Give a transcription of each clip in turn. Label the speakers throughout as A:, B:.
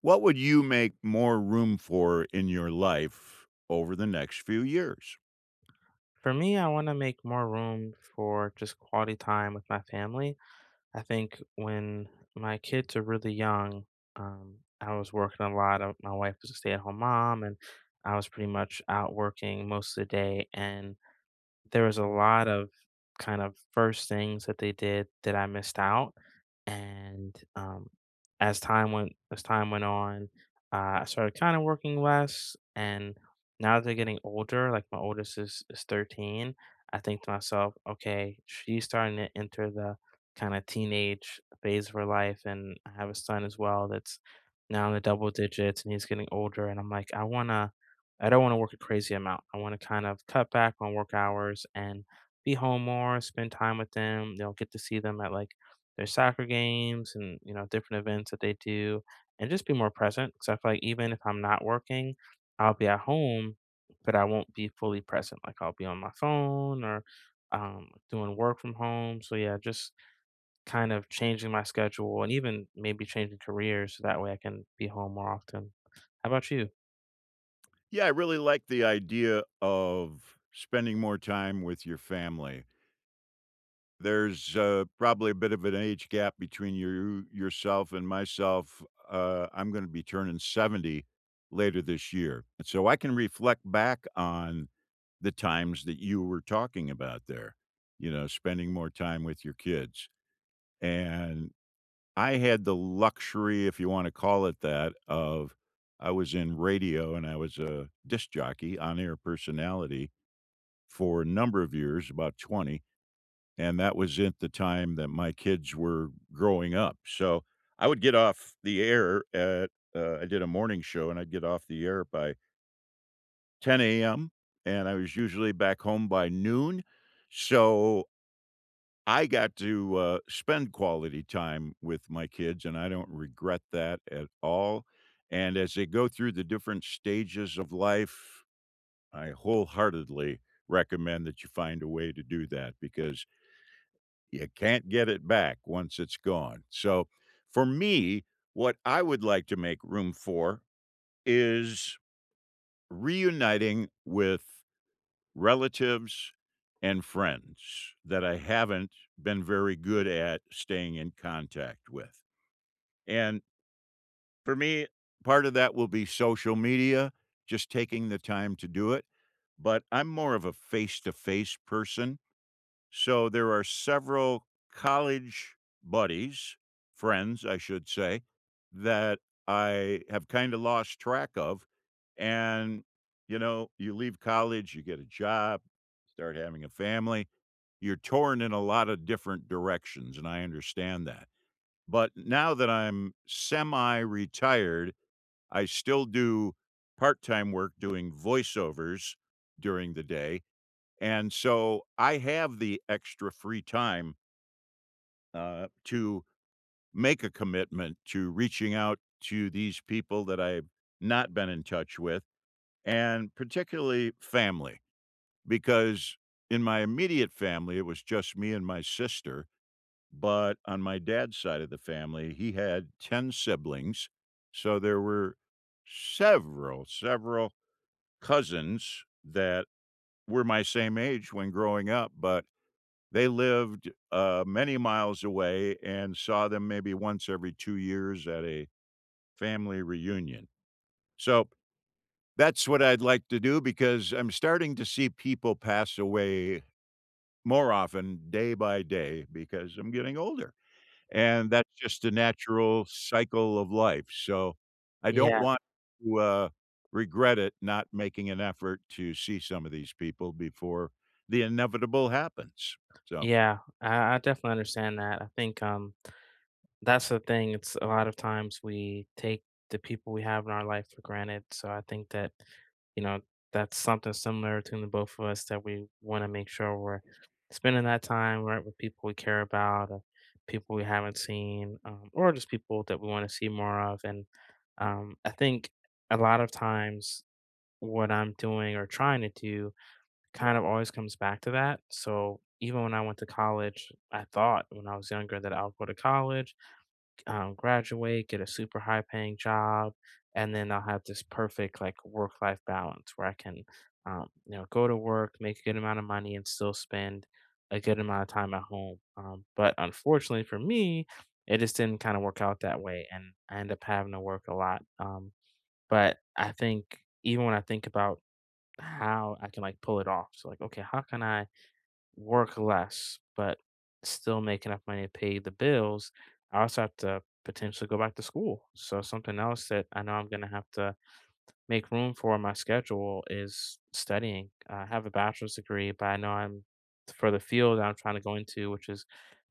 A: What would you make more room for in your life over the next few years?
B: For me, I want to make more room for just quality time with my family. I think when my kids are really young, I was working a lot. My wife was a stay-at-home mom, and I was pretty much out working most of the day. And there was a lot of kind of first things that they did that I missed out, and, as time went on, I started kinda working less, and now that they're getting older, like, my oldest is 13, I think to myself, "Okay, she's starting to enter the kinda teenage phase of her life," and I have a son as well that's now in the double digits, and he's getting older, and I'm like, I don't want to work a crazy amount. I want to kind of cut back on work hours and be home more, spend time with them. Get to see them at like their soccer games and different events that they do, and just be more present. Because I feel like even if I'm not working, I'll be at home, but I won't be fully present. Like I'll be on my phone or doing work from home. So yeah, just kind of changing my schedule and even maybe changing careers so that way I can be home more often. How about you?
A: Yeah, I really like the idea of spending more time with your family. There's, probably a bit of an age gap between you yourself and myself. I'm gonna be turning 70 later this year, and so I can reflect back on the times that you were talking about there, you know, spending more time with your kids, and I had the luxury, if you wanna call it that, of I was in radio and I was a disc jockey, on-air personality for a number of years, about 20, and that was at the time that my kids were growing up, so I would get off the air at I did a morning show, and I'd get off the air by 10 a.m., and I was usually back home by noon, so I got to, spend quality time with my kids, and I don't regret that at all, and as they go through the different stages of life, I wholeheartedly recommend that you find a way to do that because you can't get it back once it's gone. So, for me, what I would like to make room for is reuniting with relatives and friends that I haven't been very good at staying in contact with. And for me, part of that will be social media, just taking the time to do it. But I'm more of a face to face person. So there are several college buddies, friends, I should say, that I have kind of lost track of. And, you know, you leave college, you get a job, start having a family, you're torn in a lot of different directions. And I understand that. But now that I'm semi retired, I still do part time work doing voiceovers during the day, and so I have the extra free time to make a commitment to reaching out to these people that I've not been in touch with, and particularly family, because in my immediate family, it was just me and my sister. But on my dad's side of the family, he had 10 siblings. So there were several cousins that were my same age when growing up, but they lived, many miles away and saw them maybe once every 2 years at a family reunion. So, that's what I'd like to do because I'm starting to see people pass away more often day by day because I'm getting older, and that's just a natural cycle of life. So, I don't
B: Yeah.
A: want to, regret it not making an effort to see some of these people before the inevitable happens. So
B: Yeah, I definitely understand that. I think that's the thing. It's a lot of times we take the people we have in our life for granted. So I think that, you know, that's something similar to the both of us that we want to make sure we're spending that time right with people we care about, or people we haven't seen, or just people that we want to see more of. And I think a lot of times what I'm doing or trying to do kind of always comes back to that. So even when I went to college, I thought when I was younger that I'll go to college, graduate, get a super high paying job, and then I'll have this perfect like work life balance where I can, go to work, make a good amount of money, and still spend a good amount of time at home. But unfortunately for me, it just didn't kind of work out that way, and I end up having to work a lot. But I think even when I think about how I can like pull it off. So like, okay, how can I work less but still make enough money to pay the bills? I also have to potentially go back to school. So something else that I know I'm gonna have to make room for my schedule is studying. I have a bachelor's degree, but I know I'm for the field I'm trying to go into, which is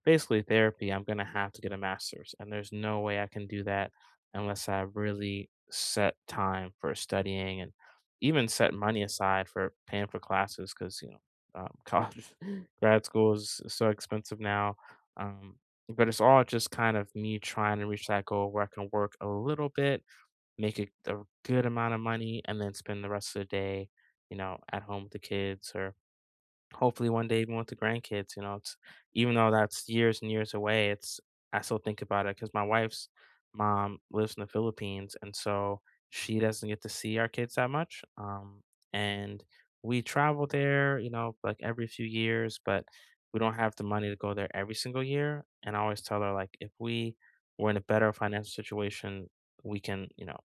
B: basically therapy, I'm going to have to get a master's. And there's no way I can do that unless I really set time for studying and even set money aside for paying for classes because, college, grad school is so expensive now. Um, but it's all just kind of me trying to reach that goal where I can work a little bit make a good amount of money, and then spend the rest of the day, at home with the kids or hopefully one day even with the grandkids, it's even though that's years and years away, it's I still think about it because my wife's mom lives in the Philippines, and so she doesn't get to see our kids that much, and we travel there, like, every few years, but we don't have the money to go there every single year, and I always tell her, like, "If we were in a better financial situation, we can,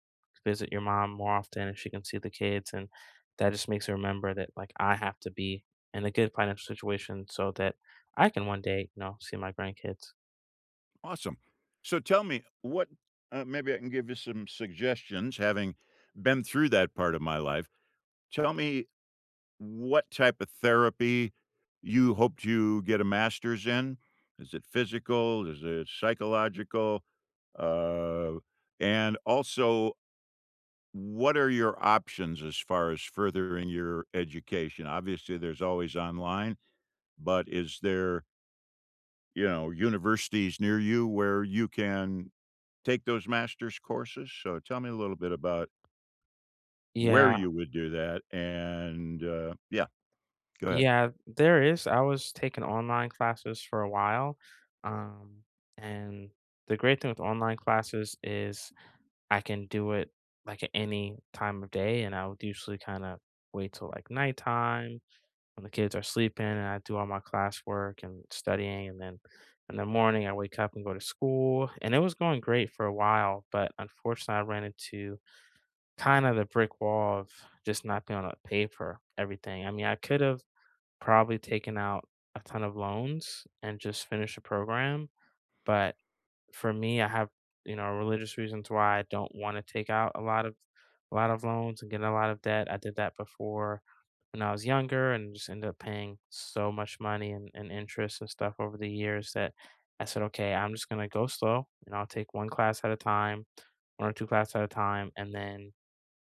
B: visit your mom more often, and she can see the kids," and that just makes her remember that, like, I have to be in a good financial situation so that I can one day, see my grandkids.
A: awesome. So tell me what maybe I can give you some suggestions having been through that part of my life. Tell me what type of therapy you hope to get a master's in. Is it physical? Is it psychological? Uh, and also, what are your options as far as furthering your education? Obviously, there's always online, but is there, you know, universities near you where you can take those master's courses? So tell me a little bit about where
B: Yeah.
A: you would do that and, yeah, go ahead.
B: Yeah, there is. I was taking online classes for a while. Um, and the great thing with online classes is I can do it like at any time of day. And I would usually kind of wait till like nighttime when the kids are sleeping and I do all my classwork and studying. And then in the morning, I wake up and go to school. And it was going great for a while. But unfortunately, I ran into kind of the brick wall of just not being able to pay for everything. I mean, I could have probably taken out a ton of loans and just finished the program, but for me, I have, religious reasons why I don't wanna take out a lot of loans and get in a lot of debt. I did that before when I was younger and just ended up paying so much money and interest and stuff over the years that I said, okay, I'm just gonna go slow and I'll take one class at a time, one or two class at a time, and then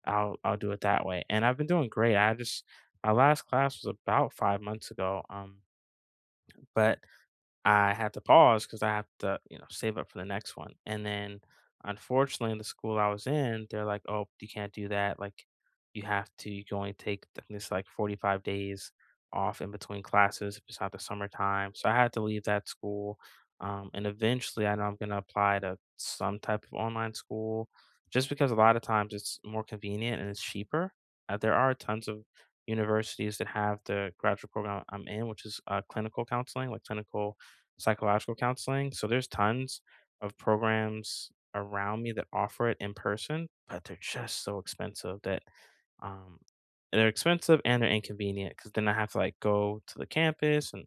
B: I'll do it that way, and I've been doing great. I just my last class was about 5 months ago, but I had to pause because I have to, save up for the next one. And then, unfortunately, the school I was in, they're like, "Oh, you can't do that. Like, you have to. You can only take I think it's like 45 days off in between classes if it's not the summertime." So I had to leave that school. And eventually, I know I'm going to apply to some type of online school, just because a lot of times it's more convenient and it's cheaper. There are tons of universities that have the graduate program I'm in, which is clinical counseling, like clinical psychological counseling. So there's tons of programs around me that offer it in person, but they're just so expensive that um they're expensive and they're inconvenient because then I have to like go to the campus and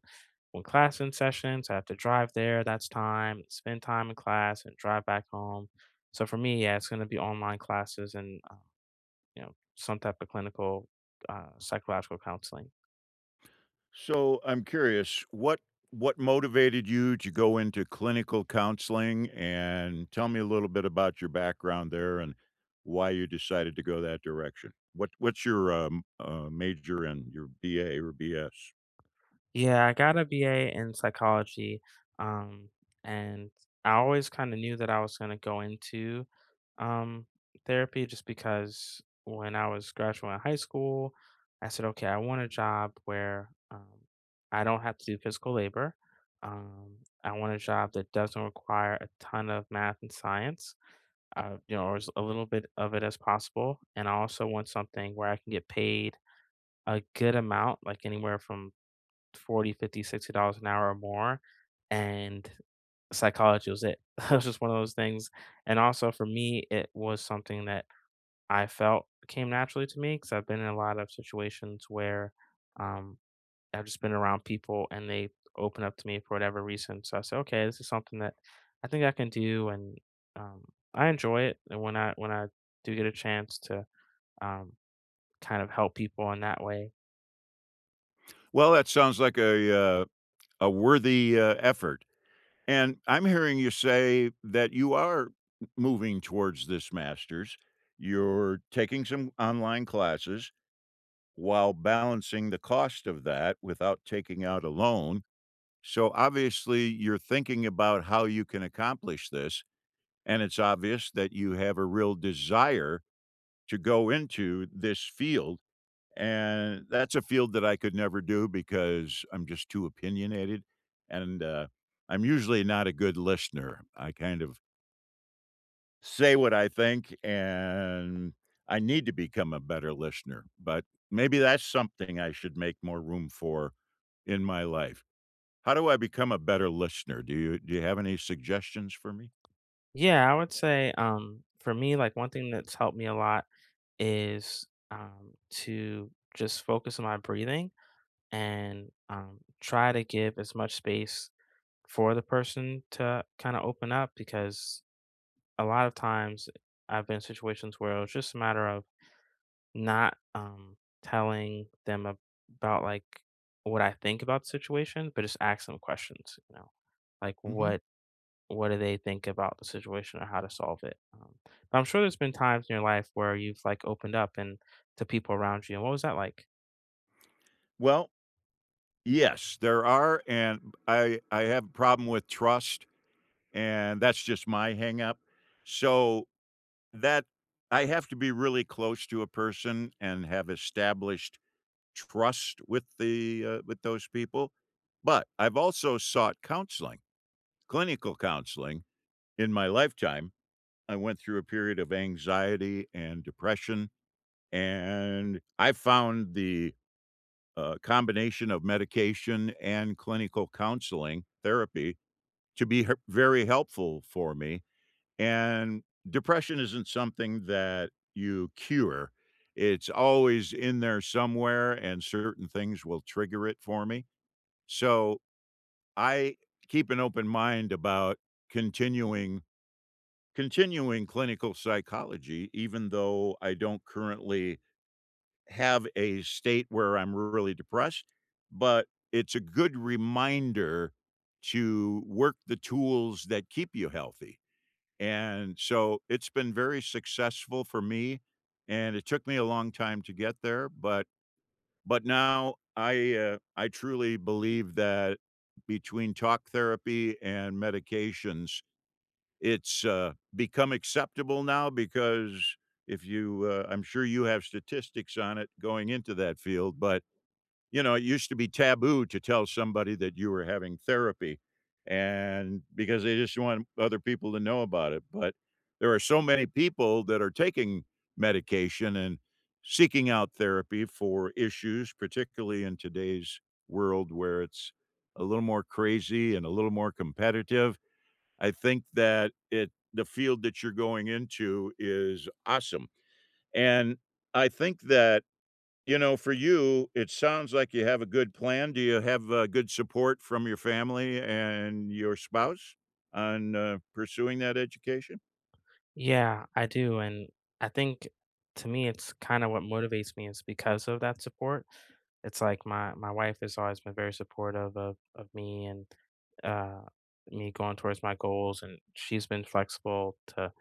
B: when class in sessions, I have to drive there. That's time, spend time in class, and drive back home. So for me, yeah, it's going to be online classes and some type of clinical psychological counseling.
A: So I'm curious, what motivated you to go into clinical counseling? And tell me a little bit about your background there and why you decided to go that direction. What's your, major in? Your BA or BS?
B: Yeah, I got a BA in psychology, um, and I always kind of knew that I was going to go into um, therapy just because when I was graduating high school, I said, okay, I want a job where I don't have to do physical labor. Um, I want a job that doesn't require a ton of math and science, or as a little bit of it as possible. And I also want something where I can get paid a good amount, like anywhere from 40 50, $60 an hour or more and psychology was it. It was just one of those things and also for me it was something that I felt came naturally to me because I've been in a lot of situations where um, I've just been around people and they open up to me for whatever reason so I said, okay, this is something that I think I can do and um, I enjoy it and when I do get a chance to um, kind of help people in that way.
A: Well, that sounds like a worthy, effort. And I'm hearing you say that you are moving towards this master's. You're taking some online classes while balancing the cost of that without taking out a loan. So obviously, you're thinking about how you can accomplish this. And it's obvious that you have a real desire to go into this field, and that's a field that I could never do because I'm just too opinionated, and, I'm usually not a good listener. I kind of say what I think, and I need to become a better listener, but maybe that's something I should make more room for in my life. How do I become a better listener? Do you have any suggestions for me?
B: Yeah, I would say for me, like one thing that's helped me a lot is, to just focus on my breathing and, try to give as much space for the person to kinda open up because a lot of times I've been in situations where it's just a matter of not, telling them ab about, like, what I think about the situation, but just ask them questions, you know? Like,
A: Mhm.
B: What do they think about the situation or how to solve it? But I'm sure there's been times in your life where you've like opened up and to people around you. And what was that like?
A: Well, yes, there are, and I have a problem with trust, and that's just my hang up. So that I have to be really close to a person and have established trust with with those people, but I've also sought counseling, clinical counseling in my lifetime. I went through a period of anxiety and depression, and I found the, combination of medication and clinical counseling therapy to be her very helpful for me, and depression isn't something that you cure. It's always in there somewhere, and certain things will trigger it for me. So I keep an open mind about continuing continuing clinical psychology, even though I don't currently have a state where I'm really depressed. But it's a good reminder to work the tools that keep you healthy. And so it's been very successful for me, and it took me a long time to get there, but now I truly believe that between talk therapy and medications, it's, become acceptable now because if I'm sure you have statistics on it going into that field, but you know, it used to be taboo to tell somebody that you were having therapy and because they just want other people to know about it. But there are so many people that are taking medication and seeking out therapy for issues, particularly in today's world where it's a little more crazy and a little more competitive. I think that it the field that you're going into is awesome. And I think that you know, for you, it sounds like you have a good plan. Do you have, good support from your family and your spouse on, pursuing that education?
B: Yeah, I do. And I think to me, it's kind of what motivates me is because of that support. It's like my wife has always been very supportive of me and uh, me going towards my goals. And she's been flexible to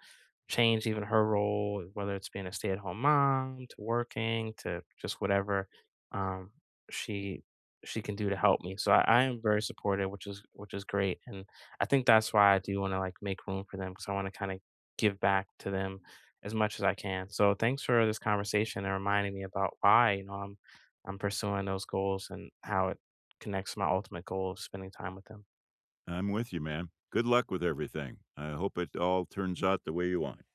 B: change even her role, whether it's being a stay-at-home mom to working to just whatever um, she she can do to help me. So I am very supportive, which is great, and I think that's why I do want to like make room for them because I want to kind of give back to them as much as I can. So thanks for this conversation and reminding me about why I'm pursuing those goals and how it connects to my ultimate goal of spending time with them.
A: I'm with you, man. Good luck with everything. I hope it all turns out the way you want.